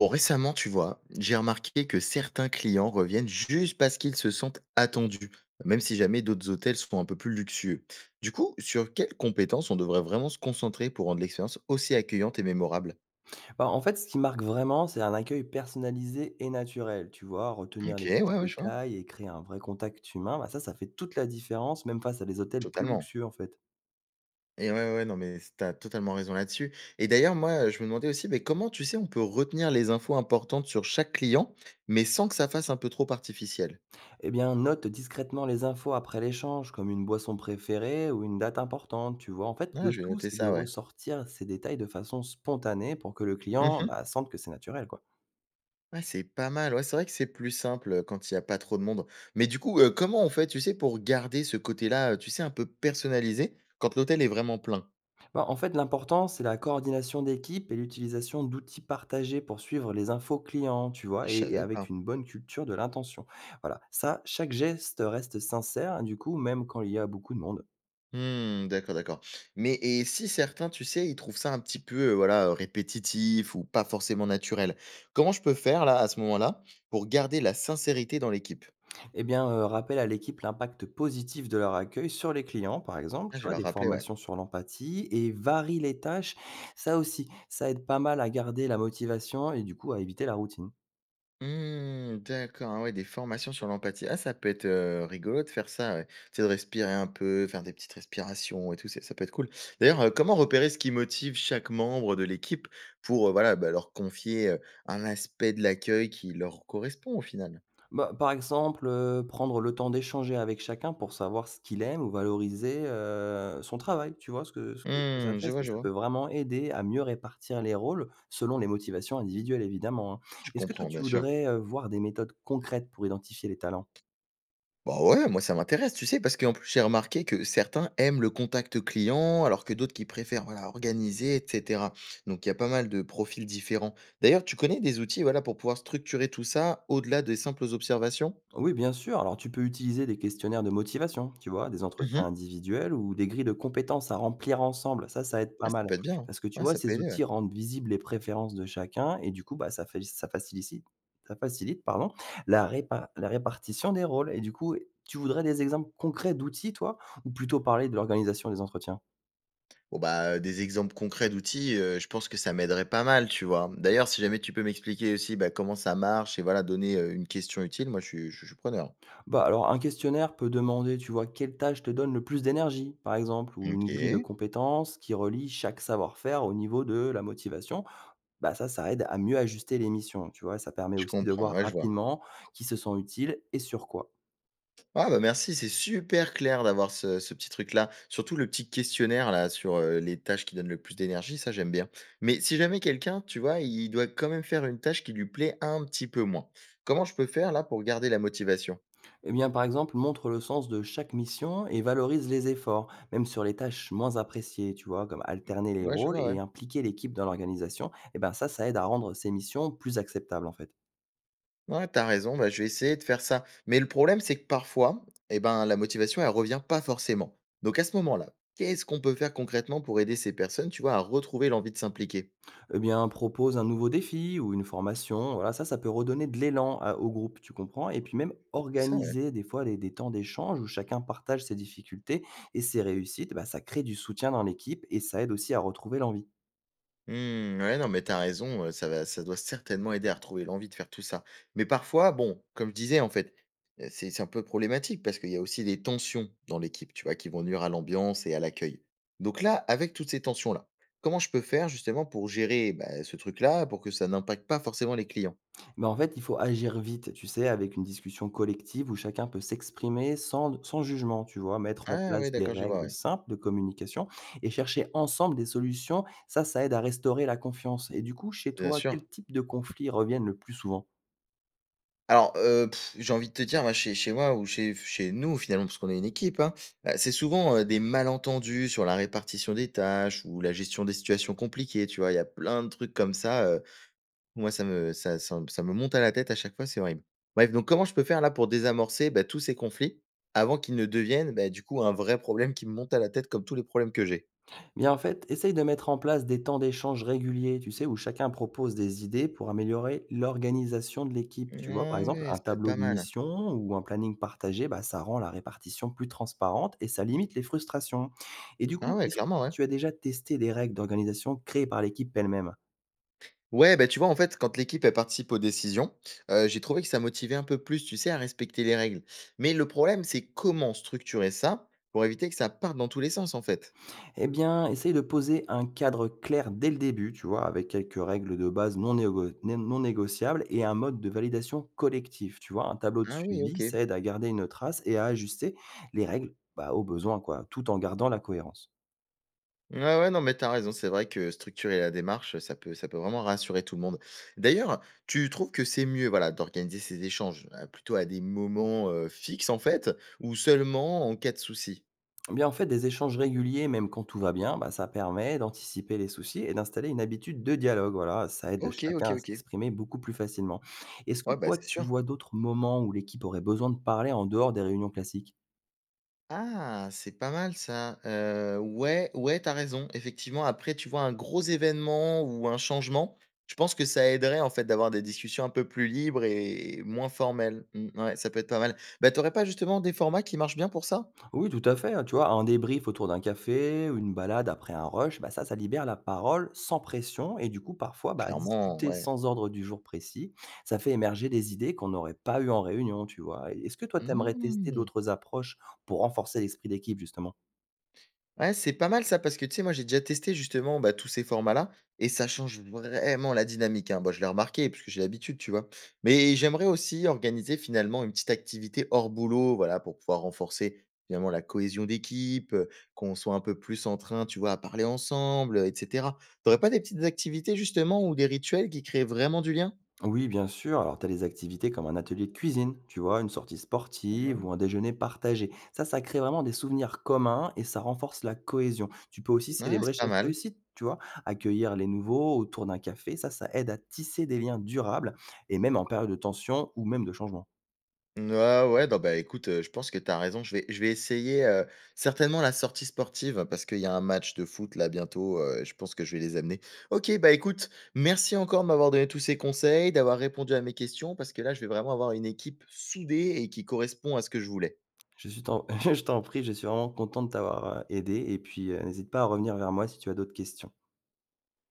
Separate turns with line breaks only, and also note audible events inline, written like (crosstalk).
Bon, récemment, tu vois, j'ai remarqué que certains clients reviennent juste parce qu'ils se sentent attendus, même si jamais d'autres hôtels sont un peu plus luxueux. Du coup, sur quelles compétences on devrait vraiment se concentrer pour rendre l'expérience aussi accueillante et mémorable?
Bah, en fait, ce qui marque vraiment, c'est un accueil personnalisé et naturel, tu vois? Retenir
Ok,
les
ouais,
petits
ouais, je vois.
détails et créer un vrai contact humain, bah, ça fait toute la différence, même face à des hôtels plus
Totalement.
luxueux, en fait.
Et ouais, ouais, non, mais t'as totalement raison là-dessus. Et d'ailleurs, moi, je me demandais aussi, mais comment, tu sais, on peut retenir les infos importantes sur chaque client, mais sans que ça fasse un peu trop artificiel?
Eh bien, note discrètement les infos après l'échange, comme une boisson préférée ou une date importante, tu vois? En fait,
Ah,
le
je vais
tout,
noter
c'est de
ça, ouais.
ressortir ces détails de façon spontanée pour que le client, bah, sente que c'est naturel, quoi.
Ouais, c'est pas mal. Ouais, c'est vrai que c'est plus simple, quand il y a pas trop de monde. Mais du coup, comment on fait, tu sais, pour garder ce côté-là, tu sais, un peu personnalisé quand l'hôtel est vraiment plein?
Bah, en fait, l'important, c'est la coordination d'équipe et l'utilisation d'outils partagés pour suivre les infos clients, tu vois,
Je
et
savais
avec
pas.
une bonne culture de l'intention. Voilà, ça, chaque geste reste sincère, hein, du coup, même quand il y a beaucoup de monde.
Mmh, d'accord, d'accord. Mais et si certains, tu sais, ils trouvent ça un petit peu, voilà, répétitif ou pas forcément naturel, comment je peux faire là, à ce moment-là, pour garder la sincérité dans l'équipe?
Eh bien, rappelle à l'équipe l'impact positif de leur accueil sur les clients, par exemple,
Ah,
tu
je vais
vois,
leur
des
rappeler, ouais.
formations sur l'empathie et varie les tâches. Ça aussi, ça aide pas mal à garder la motivation et du coup à éviter la routine.
Mmh, d'accord, ah ouais, des formations sur l'empathie. Ah, ça peut être, rigolo de faire ça, ouais. Tu sais, de respirer un peu, faire des petites respirations et tout, c'est ça peut être cool. D'ailleurs, comment repérer ce qui motive chaque membre de l'équipe pour, voilà, bah, leur confier, un aspect de l'accueil qui leur correspond au final?
Bah, par exemple, prendre le temps d'échanger avec chacun pour savoir ce qu'il aime ou valoriser, son travail, tu vois? Ce que ça
Mmh,
fait,
je
ça
vois, je
ça
vois.
peut vraiment aider à mieux répartir les rôles, selon les motivations individuelles évidemment, hein.
Je
Est-ce que toi
comprends,
tu
bien sûr.
voudrais, voir des méthodes concrètes pour identifier les talents?
Bah ouais, moi ça m'intéresse, tu sais, parce qu'en plus j'ai remarqué que certains aiment le contact client, alors que d'autres qui préfèrent voilà, organiser, etc. Donc il y a pas mal de profils différents. D'ailleurs, tu connais des outils voilà, pour pouvoir structurer tout ça au-delà des simples observations?
Oui, bien sûr. Alors, tu peux utiliser des questionnaires de motivation, tu vois, des entretiens
Mhm.
individuels ou des grilles de compétences à remplir ensemble. Ça aide pas
Ah, ça
mal.
peut être bien, hein.
Parce que tu
Ouais,
vois,
ça peut
ces
aider, ouais.
outils rendent visibles les préférences de chacun et du coup, bah, ça facilite pardon, la répartition des rôles. Et du coup, tu voudrais des exemples concrets d'outils, toi, ou plutôt parler de l'organisation des entretiens?
Bon, bah, des exemples concrets d'outils, je pense que ça m'aiderait pas mal, tu vois. D'ailleurs, si jamais tu peux m'expliquer aussi bah, comment ça marche et voilà, donner une question utile, moi je suis preneur.
Bah, alors, un questionnaire peut demander, tu vois, quelle tâche te donne le plus d'énergie, par exemple, ou une
Ok,
grille de compétences qui relie chaque savoir-faire au niveau de la motivation. Bah, ça aide à mieux ajuster les missions, tu vois? Ça permet
je
aussi de
comprends,
voir
ouais, je vois.
rapidement qui se sent utile et sur quoi.
Ah bah merci, c'est super clair d'avoir ce petit truc-là. Surtout le petit questionnaire là sur, les tâches qui donnent le plus d'énergie, ça j'aime bien. Mais si jamais quelqu'un, tu vois, il doit quand même faire une tâche qui lui plaît un petit peu moins, comment je peux faire là pour garder la motivation?
Eh bien, par exemple, montre le sens de chaque mission et valorise les efforts, même sur les tâches moins appréciées, tu vois, comme alterner les
Ouais, je
rôles
vois, ouais.
et impliquer l'équipe dans l'organisation. Eh ben ça aide à rendre ces missions plus acceptables, en fait.
Ouais, tu as raison, bah, je vais essayer de faire ça. Mais le problème, c'est que parfois, eh ben, la motivation, elle revient pas forcément. Donc à ce moment-là, qu'est-ce qu'on peut faire concrètement pour aider ces personnes, tu vois, à retrouver l'envie de s'impliquer?
Eh bien, propose un nouveau défi ou une formation. Voilà, ça peut redonner de l'élan au groupe, tu comprends? Et puis même
C'est ça, ouais.
organiser des fois des temps d'échange où chacun partage ses difficultés et ses réussites, bah, ça crée du soutien dans l'équipe et ça aide aussi à retrouver l'envie.
Mmh, ouais, non, mais t'as raison, ça va ça doit certainement aider à retrouver l'envie de faire tout ça. Mais parfois, bon, comme je disais, en fait, c'est un peu problématique parce qu'il y a aussi des tensions dans l'équipe, tu vois, qui vont nuire à l'ambiance et à l'accueil. Donc là, avec toutes ces tensions-là, comment je peux faire justement pour gérer, bah, ce truc-là, pour que ça n'impacte pas forcément les clients?
Mais en fait, il faut agir vite, tu sais, avec une discussion collective où chacun peut s'exprimer sans jugement, tu vois, mettre en
Ah
place
oui,
des
d'accord, je vois,
règles
ouais.
simples de communication et chercher ensemble des solutions. Ça aide à restaurer la confiance. Et du coup, chez
Bien
toi,
sûr.
quel type de conflits reviennent le plus souvent?
Alors, j'ai envie de te dire, moi, chez moi ou chez nous, finalement, parce qu'on est une équipe, hein, c'est souvent, des malentendus sur la répartition des tâches ou la gestion des situations compliquées, tu vois? Il y a plein de trucs comme ça, moi, ça me monte à la tête à chaque fois, c'est horrible. Bref, donc comment je peux faire, là, pour désamorcer, bah, tous ces conflits avant qu'ils ne deviennent, bah, du coup, un vrai problème qui me monte à la tête comme tous les problèmes que j'ai?
Bien, en fait, essaye de mettre en place des temps d'échange réguliers, tu sais, où chacun propose des idées pour améliorer l'organisation de l'équipe. Tu vois, par
Ah
exemple,
ouais,
un
ça peut être
tableau
pas
de
mal.
mission ou un planning partagé, bah, ça rend la répartition plus transparente et ça limite les frustrations. Et du
Ah
coup,
ouais,
est-ce que
clairement, ouais.
tu as déjà testé des règles d'organisation créées par l'équipe elle-même?
Ouais, bah, tu vois, en fait, quand l'équipe, elle participe aux décisions, j'ai trouvé que ça motivait un peu plus, tu sais, à respecter les règles. Mais le problème, c'est comment structurer ça pour éviter que ça parte dans tous les sens, en fait?
Eh bien, essaye de poser un cadre clair dès le début, tu vois, avec quelques règles de base non négociables et un mode de validation collectif, tu vois. Un tableau de
Ah oui,
suivi,
OK.
ça aide à garder une trace et à ajuster les règles bah, aux besoins, quoi, tout en gardant la cohérence.
Ouais, ouais, non, mais t'as raison, c'est vrai que structurer la démarche, ça peut vraiment rassurer tout le monde. D'ailleurs, tu trouves que c'est mieux, voilà, d'organiser ces échanges, plutôt à des moments, fixes, en fait, ou seulement en cas de souci?
Eh bien, en fait, des échanges réguliers, même quand tout va bien, bah, ça permet d'anticiper les soucis et d'installer une habitude de dialogue. Voilà, ça aide
OK, OK,
chacun à
OK.
s'exprimer beaucoup plus facilement. Est-ce que
Ouais, bah,
toi,
c'est
tu
sûr.
vois d'autres moments où l'équipe aurait besoin de parler en dehors des réunions classiques?
Ah, c'est pas mal ça. Ouais, ouais, t'as raison. Effectivement, après, tu vois, un gros événement ou un changement, je pense que ça aiderait, en fait, d'avoir des discussions un peu plus libres et moins formelles. Mmh, ouais, ça peut être pas mal. Bah, t'aurais pas justement des formats qui marchent bien pour ça?
Oui, tout à fait, hein, tu vois, un débrief autour d'un café ou une balade après un rush, bah ça, ça libère la parole sans pression et du coup, parfois, bah,
Clairement,
discuter
ouais.
sans ordre du jour précis, ça fait émerger des idées qu'on n'aurait pas eues en réunion, tu vois. Est-ce que toi, t'aimerais tester
Mmh.
d'autres approches pour renforcer l'esprit d'équipe, justement?
Ouais, c'est pas mal ça parce que tu sais, moi j'ai déjà testé justement bah, tous ces formats-là et ça change vraiment la dynamique, hein. Bah, je l'ai remarqué parce que j'ai l'habitude, tu vois. Mais j'aimerais aussi organiser finalement une petite activité hors boulot, voilà, pour pouvoir renforcer finalement la cohésion d'équipe, qu'on soit un peu plus en train, tu vois, à parler ensemble, etc. T'aurais pas des petites activités justement ou des rituels qui créent vraiment du lien?
Oui, bien sûr. Alors, tu as des activités comme un atelier de cuisine, tu vois, une sortie sportive
Mhm.
ou un déjeuner partagé. Ça crée vraiment des souvenirs communs et ça renforce la cohésion. Tu peux aussi
Ouais,
célébrer
c'est pas
chaque
mal.
réussite, tu vois, accueillir les nouveaux autour d'un café. Ça aide à tisser des liens durables et même en période de tension ou même de changement.
Ouais, ouais, non, bah, écoute, je pense que tu as raison. Je vais essayer, certainement la sortie sportive parce qu'il y a un match de foot là bientôt, je pense que je vais les amener. OK, bah, écoute, merci encore de m'avoir donné tous ces conseils, d'avoir répondu à mes questions parce que là, je vais vraiment avoir une équipe soudée et qui correspond à ce que je voulais.
Je suis t'en- (laughs) je t'en prie, je suis vraiment content de t'avoir aidé et puis n'hésite pas à revenir vers moi si tu as d'autres questions.